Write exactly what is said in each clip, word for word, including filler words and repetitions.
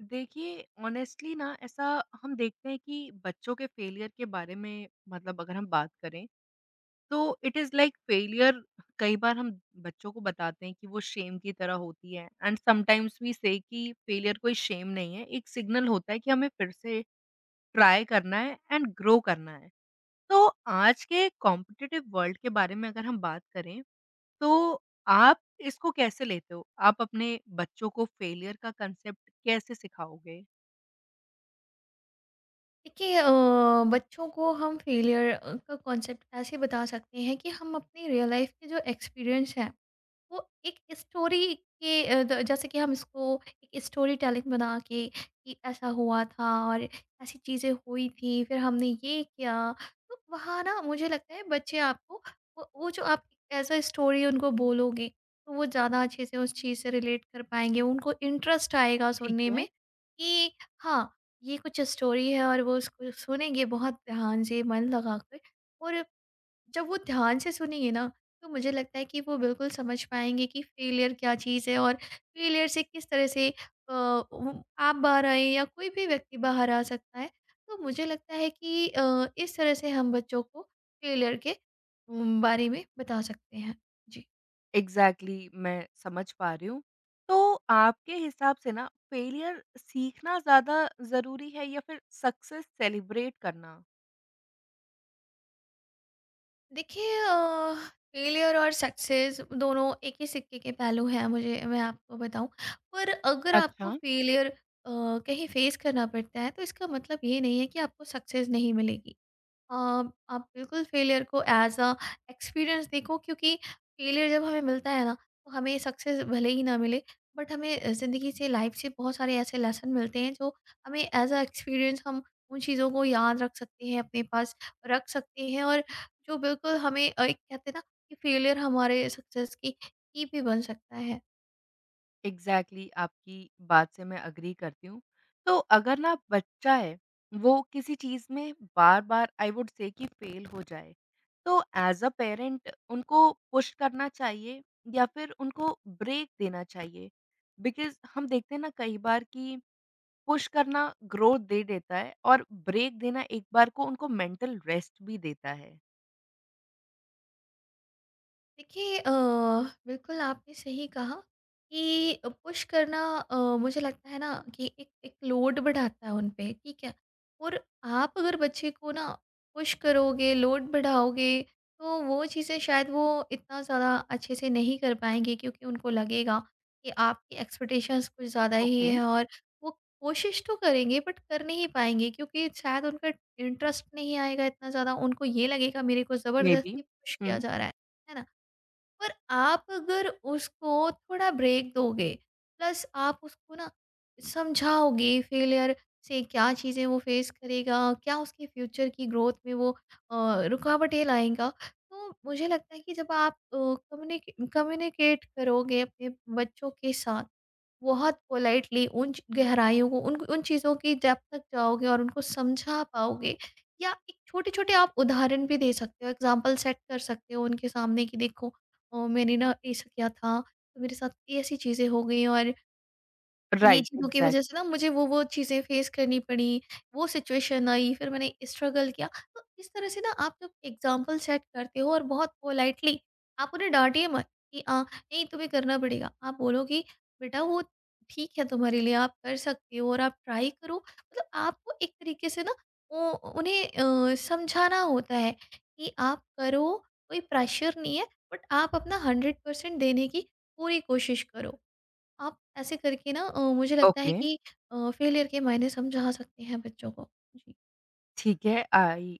देखिए, ऑनेस्टली ना ऐसा हम देखते हैं कि बच्चों के फेलियर के बारे में मतलब अगर हम बात करें, तो इट इज़ लाइक फेलियर कई बार हम बच्चों को बताते हैं कि वो शेम की तरह होती है एंड समटाइम्स वी से कि फेलियर कोई शेम नहीं है, एक सिग्नल होता है कि हमें फिर से ट्राई करना है एंड ग्रो करना है। तो आज के कॉम्पिटिटिव वर्ल्ड के बारे में अगर हम बात करें, तो आप इसको कैसे लेते हो? आप अपने बच्चों को फेलियर का कांसेप्ट कैसे सिखाओगे? देखिए, अ, बच्चों को हम फेलियर का कॉन्सेप्ट ऐसे बता सकते हैं कि हम अपनी रियल लाइफ के जो एक्सपीरियंस हैं, वो एक स्टोरी के, अ, द जैसे कि हम इसको एक स्टोरी टेलिंग बना के कि ऐसा हुआ था और ऐसी चीज़ें हुई थी, फिर हमने ये किया। तो वहाँ ना मुझे लगता है बच्चे आपको वो वो जो आप एज़ अ स्टोरी उनको बोलोगे, तो वो ज़्यादा अच्छे से उस चीज़ से रिलेट कर पाएँगे। उनको इंटरेस्ट आएगा ठीक सुनने है। में कि हाँ, ये कुछ स्टोरी है, और वो उसको सुनेंगे बहुत ध्यान से, मन लगाकर। और जब वो ध्यान से सुनेंगे ना, तो मुझे लगता है कि वो बिल्कुल समझ पाएँगे कि फेलियर क्या चीज़ है, और फेलियर से किस तरह से अ, उम, आप बाहर आए या कोई भी व्यक्ति बाहर आ सकता है। तो मुझे लगता है कि अ, इस तरह से हम बच्चों को फेलियर के उम, बारे में बता सकते हैं। जी। एग्ज़ैक्टली मैं समझ पा रही हूँ। तो आपके हिसाब से ना फेलियर सीखना ज़्यादा ज़रूरी है या फिर सक्सेस सेलिब्रेट करना? देखिए, अ, फेलियर और सक्सेस दोनों एक ही सिक्के के पहलू हैं, मुझे मैं आपको बताऊं। पर अगर आपको अच्छा। फेलियर कहीं फेस करना पड़ता है, तो इसका मतलब ये नहीं है कि आपको सक्सेस नहीं मिलेगी। आप आप बिल्कुल फेलियर को एज अ एक्सपीरियंस देखो, क्योंकि फेलियर जब हमें मिलता है ना, तो हमें सक्सेस भले ही ना मिले, बट हमें ज़िंदगी से, लाइफ से बहुत सारे ऐसे लेसन मिलते हैं, जो हमें एज अ एक्सपीरियंस हम उन चीज़ों को याद रख सकते हैं, अपने पास रख सकते हैं। और जो बिल्कुल हमें अ, एक कहते हैं ना, कि फेलियर हमारे सक्सेस की की भी बन सकता है। एग्ज़ैक्टली आपकी बात से मैं एग्री करती हूँ। तो अगर ना बच्चा है, वो किसी चीज़ में बार-बार आई वुड से कि फेल हो जाए, तो एज़ अ पेरेंट उनको पुश करना चाहिए या फिर उनको ब्रेक देना चाहिए? बिकॉज़ हम देखते हैं ना कई बार कि पुश करना ग्रोथ दे देता है और ब्रेक देना एक बार को उनको मेंटल रेस्ट भी देता है। देखिए, अ, बिल्कुल आपने सही कहा कि पुश करना, अ, मुझे लगता है ना, कि एक एक लोड बढ़ाता है उन पे, ठीक है। और आप अगर बच्चे को ना पुश करोगे, लोड बढ़ाओगे, तो वो चीज़ें शायद वो इतना ज़्यादा अच्छे से नहीं कर पाएंगे, क्योंकि उनको लगेगा कि आपकी एक्सपेक्टेशंस कुछ ज़्यादा ही ओके, है। और वो कोशिश तो करेंगे, बट कर नहीं पाएंगे, क्योंकि शायद उनका इंटरेस्ट नहीं आएगा इतना ज़्यादा। उनको ये लगेगा मेरे को मेबी। ज़बरदस्ती पुश हुँ। किया जा रहा है है ना? पर आप अगर उसको थोड़ा ब्रेक दोगे, प्लस आप उसको ना समझाओगे फेलियर से क्या चीज़ें वो फेस करेगा, क्या उसके फ्यूचर की ग्रोथ में वो अ, रुकावटें लाएगा। तो मुझे लगता है कि जब आप अ, कम्युनिके कम्युनिकेट करोगे अपने बच्चों के साथ, बहुत पोलाइटली उन च- गहराइयों को, उन उन चीज़ों की जब तक जाओगे और उनको समझा पाओगे, या एक छोटे छोटे आप उदाहरण भी दे सकते हो, एग्जाम्पल सेट कर सकते हो उनके सामने कि देखो, अ, मैंने ना ऐसा किया था, तो मेरे साथ ये ऐसी चीज़ें हो गई, और ये राइट, चीज़ों की वजह से एग्ज़ैक्टली। ना मुझे वो वो चीज़ें फेस करनी पड़ी, वो सिचुएशन आई, फिर मैंने स्ट्रगल किया। तो इस तरह से ना आप जब एग्ज़ाम्पल सेट करते हो और बहुत पोलाइटली, आप उन्हें डाँटिए मत कि अ, नहीं तुम्हें करना पड़ेगा। आप बोलो कि बेटा वो ठीक है तुम्हारे लिए, आप कर सकते हो और आप ट्राई करो। मतलब आपको एक तरीके से ना वो उन्हें अ, समझाना होता है, कि आप करो, कोई प्रेशर नहीं है, बट आप अपना हंड्रेड परसेंट देने की पूरी कोशिश करो। आप ऐसे करके ना अ, मुझे लगता है ओके। कि फेलियर के मायने समझा सकते हैं बच्चों को। जी। ठीक है, आई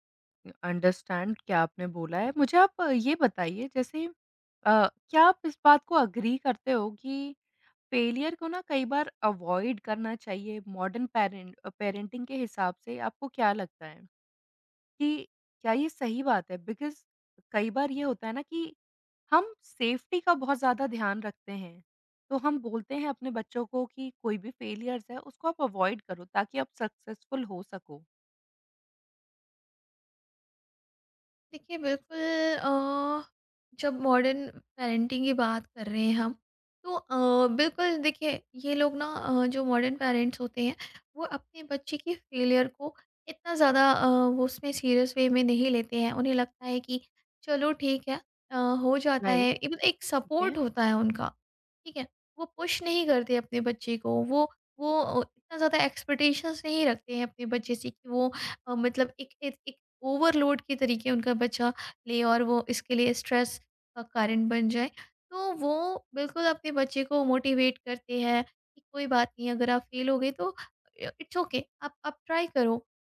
अंडरस्टैंड क्या आपने बोला है। मुझे आप अ, ये बताइए जैसे अ, क्या आप इस बात को एग्री करते हो कि फेलियर को ना कई बार अवॉइड करना चाहिए मॉडर्न पैरेंट अ, पेरेंटिंग के हिसाब से, आपको क्या लगता है? कि क्या ये सही बात है? बिकॉज़ कई बार ये होता है ना कि हम सेफ्टी का बहुत ज़्यादा ध्यान रखते हैं। तो हम बोलते हैं अपने बच्चों को कि कोई भी फेलियर्स है उसको आप अवॉइड करो ताकि आप सक्सेसफुल हो सको। देखिए बिल्कुल, अ, जब मॉडर्न पेरेंटिंग की बात कर रहे हैं हम, तो अ, बिल्कुल देखिए, ये लोग ना, अ, जो मॉडर्न पेरेंट्स होते हैं, वो अपने बच्चे की फेलियर को इतना ज़्यादा अ, वो उसमें सीरियस वे में नहीं लेते हैं। उन्हें लगता है कि चलो ठीक है, अ, हो जाता राइट, है, एक एक ठीक है। सपोर्ट होता है उनका, ठीक है। वो पुश नहीं करते अपने बच्चे को, वो वो अ, इतना ज़्यादा एक्सपेक्टेशंस नहीं रखते हैं अपने बच्चे से कि वो, अ, मतलब एक एक ओवरलोड के तरीके उनका बच्चा ले और वो इसके लिए स्ट्रेस का कारण बन जाए। तो वो बिल्कुल अपने बच्चे को मोटिवेट करते हैं कि कोई बात नहीं, अगर आप फेल हो गए, तो अ, इट्स ओके, आप आप ट्राई करो।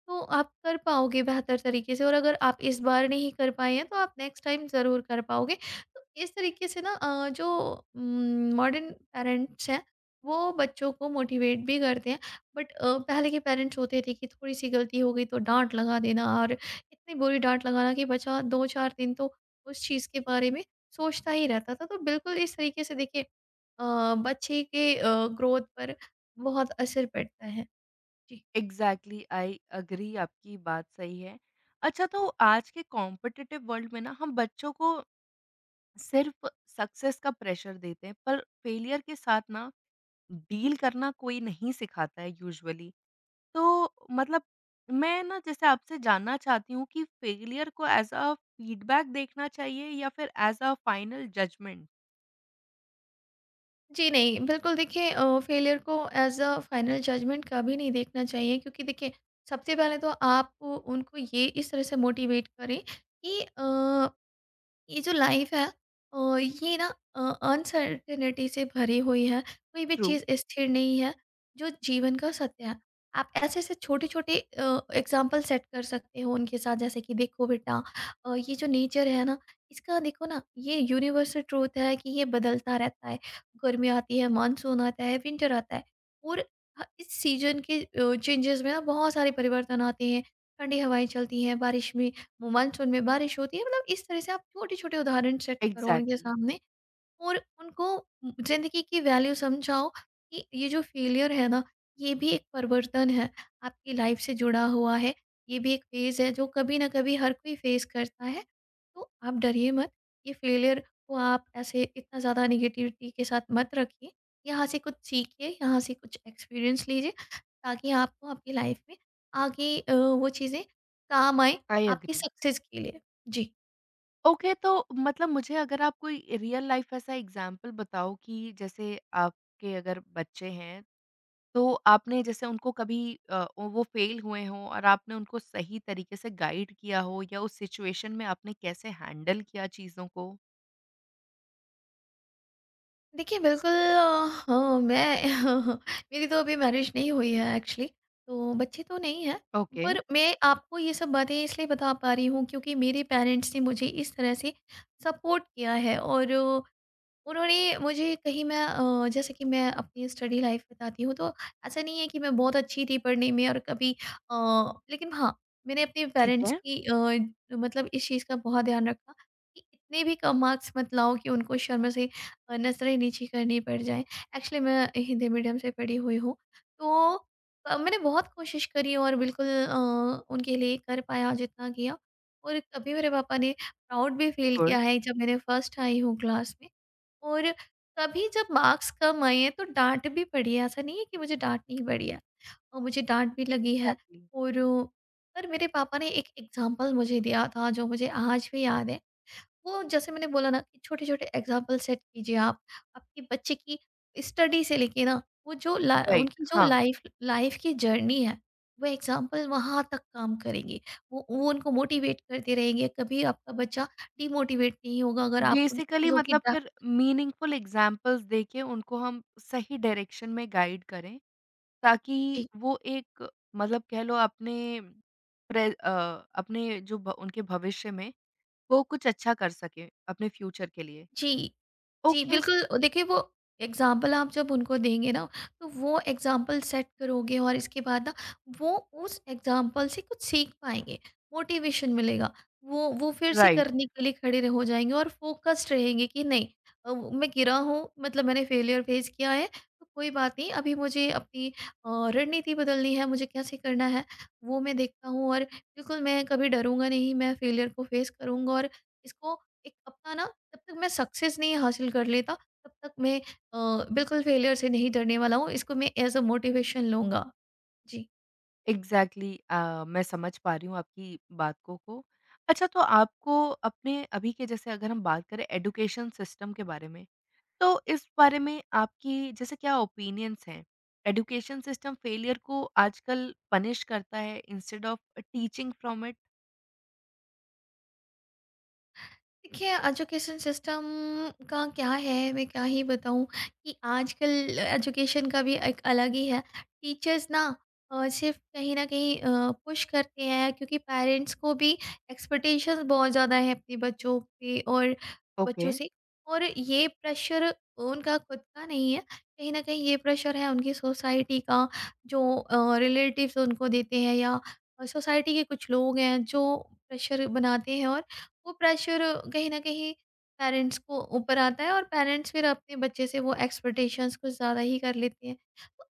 तो आप कर पाओगे बेहतर तरीके से, और अगर आप इस बार नहीं कर पाए हैं, तो आप नेक्स्ट टाइम ज़रूर कर पाओगे। तो इस तरीके से ना, अ, जो उम, मॉडर्न पेरेंट्स हैं, वो बच्चों को मोटिवेट भी करते हैं। बट अ, पहले के पेरेंट्स होते थे कि थोड़ी-सी गलती हो गई तो डाँट लगा देना, और इतनी बुरी डाँट लगाना कि बचा दो चार दिन तो उस चीज़ के बारे में सोचता ही रहता था। तो बिल्कुल इस तरीके से देखिए, अ, बच्चे के अ, ग्रोथ पर बहुत असर पड़ता है। जी। एग्ज़ैक्टली आई एग्री आपकी बात सही है। अच्छा तो आज के कॉम्पिटिटिव वर्ल्ड में ना हम बच्चों को सिर्फ़ सक्सेस का प्रेशर देते हैं पर फेलियर के साथ ना डील करना कोई नहीं सिखाता है यूजुअली। तो मतलब मैं ना जैसे आपसे जानना चाहती हूँ कि फेलियर को एज़ अ फीडबैक देखना चाहिए या फिर एज़ अ फाइनल जजमेंट? जी नहीं, बिल्कुल देखिए, अ, फेलियर को एज़ अ फाइनल जजमेंट कभी नहीं देखना चाहिए, क्योंकि देखिए सबसे पहले तो आप उनको ये इस तरह से मोटिवेट करें कि अ ये जो लाइफ है, अ, ये ना अनसर्टेनिटी से भरी हुई है, कोई भी ट्रू, चीज़ स्थिर नहीं है, जो जीवन का सत्य है। आप ऐसे ऐसे छोटे छोटे एग्जाम्पल सेट कर सकते हो उनके साथ, जैसे कि देखो बेटा, अ, ये जो नेचर है ना इसका, देखो ना, ये यूनिवर्सल ट्रूथ है कि ये बदलता रहता है, गर्मी आती है, मानसून आता है, विंटर आता है, और ह- इस सीजन के चेंजेस में ना बहुत सारे परिवर्तन आते हैं, ठंडी हवाएं चलती हैं बारिश में, मानसून में बारिश होती है। मतलब इस तरह से आप छोटे-छोटे उदाहरण सेट करो उनके एग्ज़ैक्टली, सामने, और उनको ज़िंदगी की वैल्यू समझाओ कि ये जो फेलियर है ना, ये भी एक परिवर्तन है, आपकी लाइफ से जुड़ा हुआ है। ये भी एक फेज़ है जो कभी न कभी हर कोई फेस करता है। तो आप डरिए मत, ये फेलियर को आप ऐसे इतना ज़्यादा नेगेटिविटी के साथ मत रखिए। यहाँ से कुछ सीखिए, यहाँ से कुछ एक्सपीरियंस लीजिए, ताकि आपको आपकी लाइफ में आगे अ, वो चीज़ें काम आएँ, आई आपकी एग्री। सक्सेस के लिए। जी। ओके, तो मतलब मुझे अगर आप कोई रियल लाइफ़ ऐसा एग्ज़ाम्पल बताओ कि जैसे आपके अगर बच्चे हैं, तो आपने जैसे उनको कभी अ, वो फेल हुए हों और आपने उनको सही तरीके से गाइड किया हो या उस सिचुएशन में आपने कैसे हैंडल किया चीज़ों को? देखिए बिल्कुल, अ, हाँ, मैं मेरी तो अभी मैरिज नहीं हुई है एक्चुअली, तो बच्चे तो नहीं हैं। ओके, पर मैं आपको ये सब बातें इसलिए बता पा रही हूँ क्योंकि मेरे पेरेंट्स ने मुझे इस तरह से सपोर्ट किया है, और उन्होंने मुझे कहीं, मैं अ, जैसे कि मैं अपनी स्टडी लाइफ बताती हूँ, तो ऐसा नहीं है कि मैं बहुत अच्छी थी पढ़ने में, और कभी अ, लेकिन हाँ, मैंने अपने ठीक पेरेंट्स है, की अ, मतलब इस चीज़ का बहुत ध्यान रखा, कि इतने भी कम मार्क्स मत लाओ कि उनको शर्म से अ, नजरें नीची करनी पड़ जाए। एक्चुअली मैं हिंदी मीडियम से पढ़ी हुई हूँ, तो अ, मैंने बहुत कोशिश करी, और बिल्कुल अ, उनके लिए कर पाया जितना किया। और कभी मेरे पापा ने प्राउड भी फील गुड, किया है जब मैंने फर्स्ट आई हूँ क्लास में, और कभी जब मार्क्स कम आए हैं तो डांट भी पड़ी है, ऐसा नहीं है कि मुझे डांट नहीं पड़ी है, और मुझे डांट भी लगी है। एग्ज़ैक्टली। और अ, पर मेरे पापा ने एक एग्ज़ाम्पल मुझे दिया था, जो मुझे आज भी याद है। वो जैसे मैंने बोला ना, कि छोटे-छोटे एग्ज़ाम्पल सेट कीजिए आप, आपके बच्चे की स्टडी से लेके ना, वो जो ला राइट, उनकी जो हाँ। लाइफ़ लाइफ़ की जर्नी है, वो एग्ज़ाम्पल वहाँ तक काम करेंगे। वो वो उनको मोटिवेट करते रहेंगे, कभी आपका बच्चा डिमोटिवेट नहीं होगा अगर आप उन बेसिकली चीज़ों की मतलब डांट। फिर मीनिंगफुल एग्ज़ाम्पल्स देके उनको हम सही डायरेक्शन में गाइड करें, ताकि जी। वो एक मतलब कह लो अपने प्रे अ, अपने जो भ उनके भविष्य में वो कुछ अच्छा कर सकें अपने फ्यूचर के लिए। जी। जी, ओके, बिल्कुल, अ, देखिए वो एग्ज़ाम्पल आप जब उनको देंगे ना, तो वो एग्ज़ाम्पल सेट करोगे, और इसके बाद ना वो उस एग्ज़ाम्पल से कुछ सीख पाएँगे, मोटिवेशन मिलेगा। वो वो फिर से राइट, करने के लिए खड़े र हो जाएँगे और फ़ोकस्ड रहेंगे कि नहीं, अ, मैं गिरा हूँ, मतलब मैंने फेलियर फ़ेस किया है, तो कोई बात नहीं, अभी मुझे अपनी अ, रणनीति बदलनी है, मुझे कैसे करना है वो मैं देखता हूँ, और बिल्कुल मैं कभी डरूँगा नहीं, मैं फेलियर को फ़ेस करूँगा, और इसको एक अपना ना, जब तक मैं सक्सेस नहीं हासिल कर लेता, तब तक मैं अ, बिल्कुल फेलियर से नहीं डरने वाला हूँ, इसको मैं एज अ मोटिवेशन लूँगा। जी। एग्ज़ैक्टली अ, मैं समझ पा रही हूँ आपकी बातों को। को अच्छा तो आपको अपने अभी के जैसे अगर हम बात करें एजुकेशन सिस्टम के बारे में, तो इस बारे में आपकी जैसे क्या ओपिनियंस हैं? एजुकेशन सिस्टम फेलियर को आजकल पनिश करता है instead of teaching from it? देखिए एजुकेशन सिस्टम का क्या है, मैं क्या ही बताऊं कि आजकल एजुकेशन का भी एक अलग ही है। टीचर्स ना अ, सिर्फ कहीं ना कहीं पुश करते हैं क्योंकि पेरेंट्स को भी एक्सपेक्टेशंस बहुत ज़्यादा है अपने बच्चों पे और ओके, बच्चों से। और ये प्रेशर उनका खुद का नहीं है, कहीं ना कहीं ये प्रेशर है उनकी सोसाइटी का, जो रिलेटिव्स उनको देते हैं, या सोसाइटी के कुछ लोग हैं जो प्रेशर बनाते हैं, वो प्रेशर कहीं ना कहीं पेरेंट्स को ऊपर आता है, और पेरेंट्स फिर अपने बच्चे से वो एक्सपेक्टेशंस कुछ ज़्यादा ही कर लेते हैं।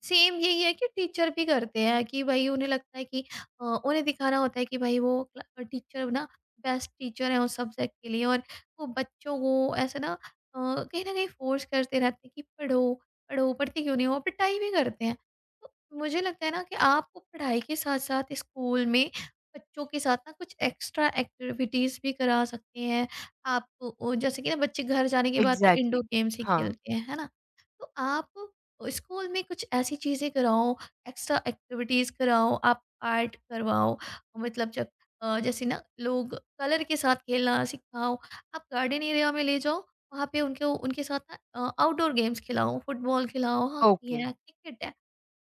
सेम यही है कि टीचर भी करते हैं, कि भाई उन्हें लगता है कि अ, उन्हें दिखाना होता है कि भाई, वो टीचर ना बेस्ट टीचर है उस सब्जेक्ट के लिए, और वो बच्चों को ऐसे ना, अ, कहीं ना कहीं फोर्स करते रहते हैं कि पढ़ो, पढ़ो, पढ़ते क्यों नहीं हो, और पिटाई भी करते हैं। तो मुझे लगता है ना, कि आपको पढ़ाई के साथ साथ स्कूल में बच्चों के साथ ना कुछ एक्स्ट्रा एक्टिविटीज़ भी करा सकते हैं आप। ओ, जैसे कि ना बच्चे घर जाने के बाद तो एग्ज़ैक्टली। इंडोर गेम्स ही हाँ। खेलते हैं, है ना? तो आप स्कूल में कुछ ऐसी चीज़ें कराओ, एक्स्ट्रा एक्टिविटीज़ कराओ, आप आर्ट करवाओ। मतलब जब अ, जैसे ना लोग, कलर के साथ खेलना सिखाओ। आप गार्डन एरिया में ले जाओ, वहाँ पे उनको, उनके साथ ना अ, आउटडोर गेम्स खिलाओ, फुटबॉल खिलाओ, हॉकी ओके। है, क्रिकेट है।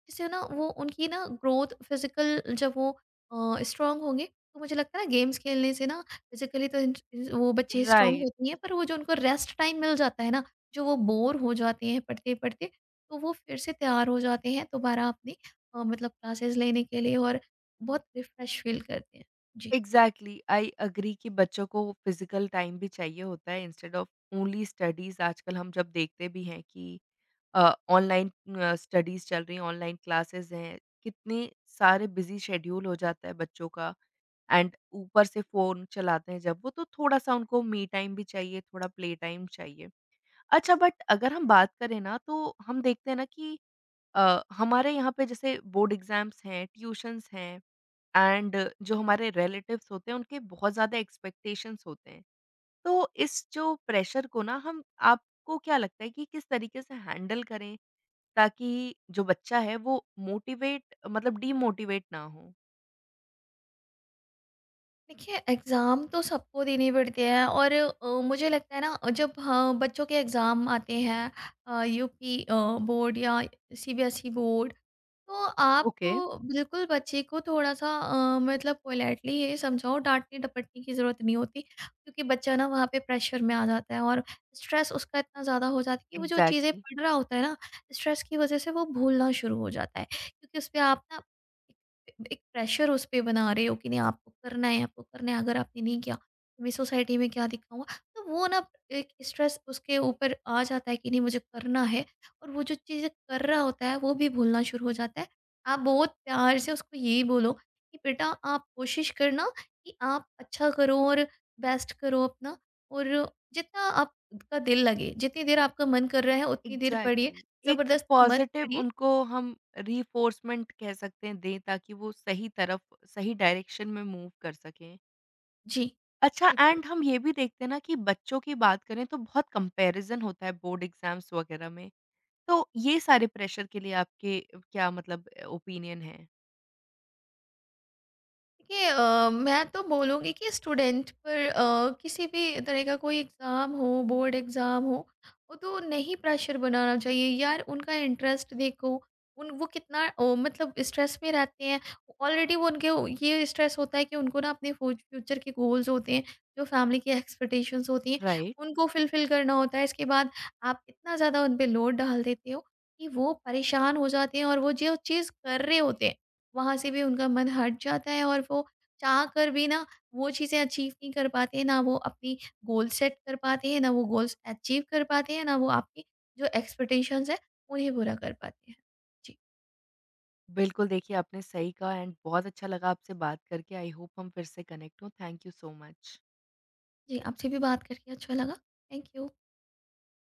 जिससे ना वो, उनकी ना ग्रोथ फिजिकल, जब वो अ, स्ट्रांग होंगे, तो मुझे लगता है ना, गेम्स खेलने से ना फिजिकली तो इंस- इंस- वो बच्चे स्ट्रांग राइट, होती हैं, पर वो जो उनको रेस्ट टाइम मिल जाता है ना, जो वो बोर हो जाते हैं पढ़ते पढ़ते, तो वो फिर से तैयार हो जाते हैं दोबारा अपनी अ, मतलब क्लासेस लेने के लिए, और बहुत रिफ्रेश फील करते हैं। जी। एग्ज़ैक्टली आई एग्री कि बच्चों को फिज़िकल टाइम भी चाहिए होता है इंस्टेड ऑफ ओनली स्टडीज़ आजकल हम जब देखते भी हैं कि अ, ऑनलाइन अ, स्टडीज़ चल रही हैं, ऑनलाइन क्लासेज़ हैं, कितने सारे बिज़ी शेड्यूल हो जाता है बच्चों का। एंड ऊपर से फ़ोन चलाते हैं जब वो तो थोड़ा-सा उनको मी टाइम भी चाहिए, थोड़ा प्ले टाइम चाहिए। अच्छा बट अगर हम बात करें ना तो हम देखते हैं ना कि अ, हमारे यहाँ पे जैसे बोर्ड एग्ज़ाम्स हैं, ट्यूशन्स हैं एंड जो हमारे रिलेटिव्स होते हैं उनके बहुत ज़्यादा एक्सपेक्टेशंस होते हैं। तो इस जो प्रेशर को ना हम आपको क्या लगता है कि किस तरीके से हैंडल करें ताकि जो बच्चा है वो मोटिवेट मतलब डीमोटिवेट ना हो? देखिए एग्ज़ाम तो सबको देने पड़ते हैं, और अ, मुझे लगता है ना, जब हाँ, बच्चों के एग्ज़ाम आते हैं यू पी बोर्ड या C B S E board, तो आपको ओके। बिल्कुल बच्चे को थोड़ा-सा अ, मतलब पोलाइटली ये समझाओ, डाँटने-डपटने की ज़रूरत नहीं होती, क्योंकि बच्चा ना वहाँ पे प्रेशर में आ जाता है, और स्ट्रेस उसका इतना ज़्यादा हो जाता है, कि वो जो चीज़ें एग्ज़ैक्टली। पढ़ रहा होता है ना, स्ट्रेस की वज़ह से वो भूलना शुरू हो जाता है। क्योंकि उसपे आप ना एक एक प्रेशर उस पे बना रहे हो कि नहीं, आपको करना है, आपको करना है, अगर आपने नहीं किया, तो मैं सोसाइटी में क्या दिखाऊँगा? तो वो ना, एक स्ट्रेस उसके ऊपर आ जाता है कि नहीं, मुझे करना है। और वो जो चीज़ें कर रहा होता है, वो भी भूलना शुरू हो जाता है। आप बहुत प्यार से उसको यही बोलो कि बेटा, आप कोशिश करना कि आप अच्छा करो, और बेस्ट करो अपना, और जितना आपका दिल लगे, जितनी देर आपका मन कर रहा है उतनी देर पढ़िए, एग्जैक्टली exactly. एक ज़बरदस्ती मत पॉजिटिव पढ़िए। उनको हम रिफोर्समेंट कह सकते हैं दें ताकि वो सही तरफ सही डायरेक्शन में मूव कर सकें। जी, अच्छा बिल्कुल। एंड हम ये भी देखते हैं ना कि बच्चों की बात करें तो बहुत कंपैरिजन होता है बोर्ड एग्जाम्स वगैरह में। तो ये सारे प्रेशर के लिए आपके क्या मतलब ओपिनियन है? देखिए, अ, मैं तो बोलूँगी कि स्टूडेंट पर, अ, किसी भी तरह का कोई एग्ज़ाम हो, बोर्ड एग्ज़ाम हो, वो तो नहीं प्रेशर बनाना चाहिए। यार उनका इंटरेस्ट देखो, उन वो कितना अ, मतलब स्ट्रेस में रहते हैं। ऑलरेडी वो, उनके वो ये स्ट्रेस होता है कि उनको ना अपने फ्यू फ्यूचर के गोल्स होते हैं, जो फैमिली की एक्सपेक्टेशंस होती हैं, राइट, उनको फुलफ़िल करना होता है। इसके बाद आप इतना ज़्यादा उन पे लोड डाल देते हो, कि वो परेशान हो जाते हैं, और वो जो चीज़ कर रहे होते हैं, वहाँ से भी उनका मन हट जाता है, और वो चाह कर भी ना, वो चीज़ें अचीव नहीं कर पाते हैं, ना वो अपनी गोल सेट कर पाते हैं, ना वो गोल्स अचीव कर पाते हैं, ना वो आपकी जो एक्सपेक्टेशंस है उन्हें पूरा कर पाते हैं। जी। बिल्कुल, देखिए आपने सही कहा एंड बहुत अच्छा लगा आपसे बात करके। आई होप हम फिर से कनेक्ट हों। Thank you so much. जी, आपसे भी बात करके अच्छा लगा। Thank you.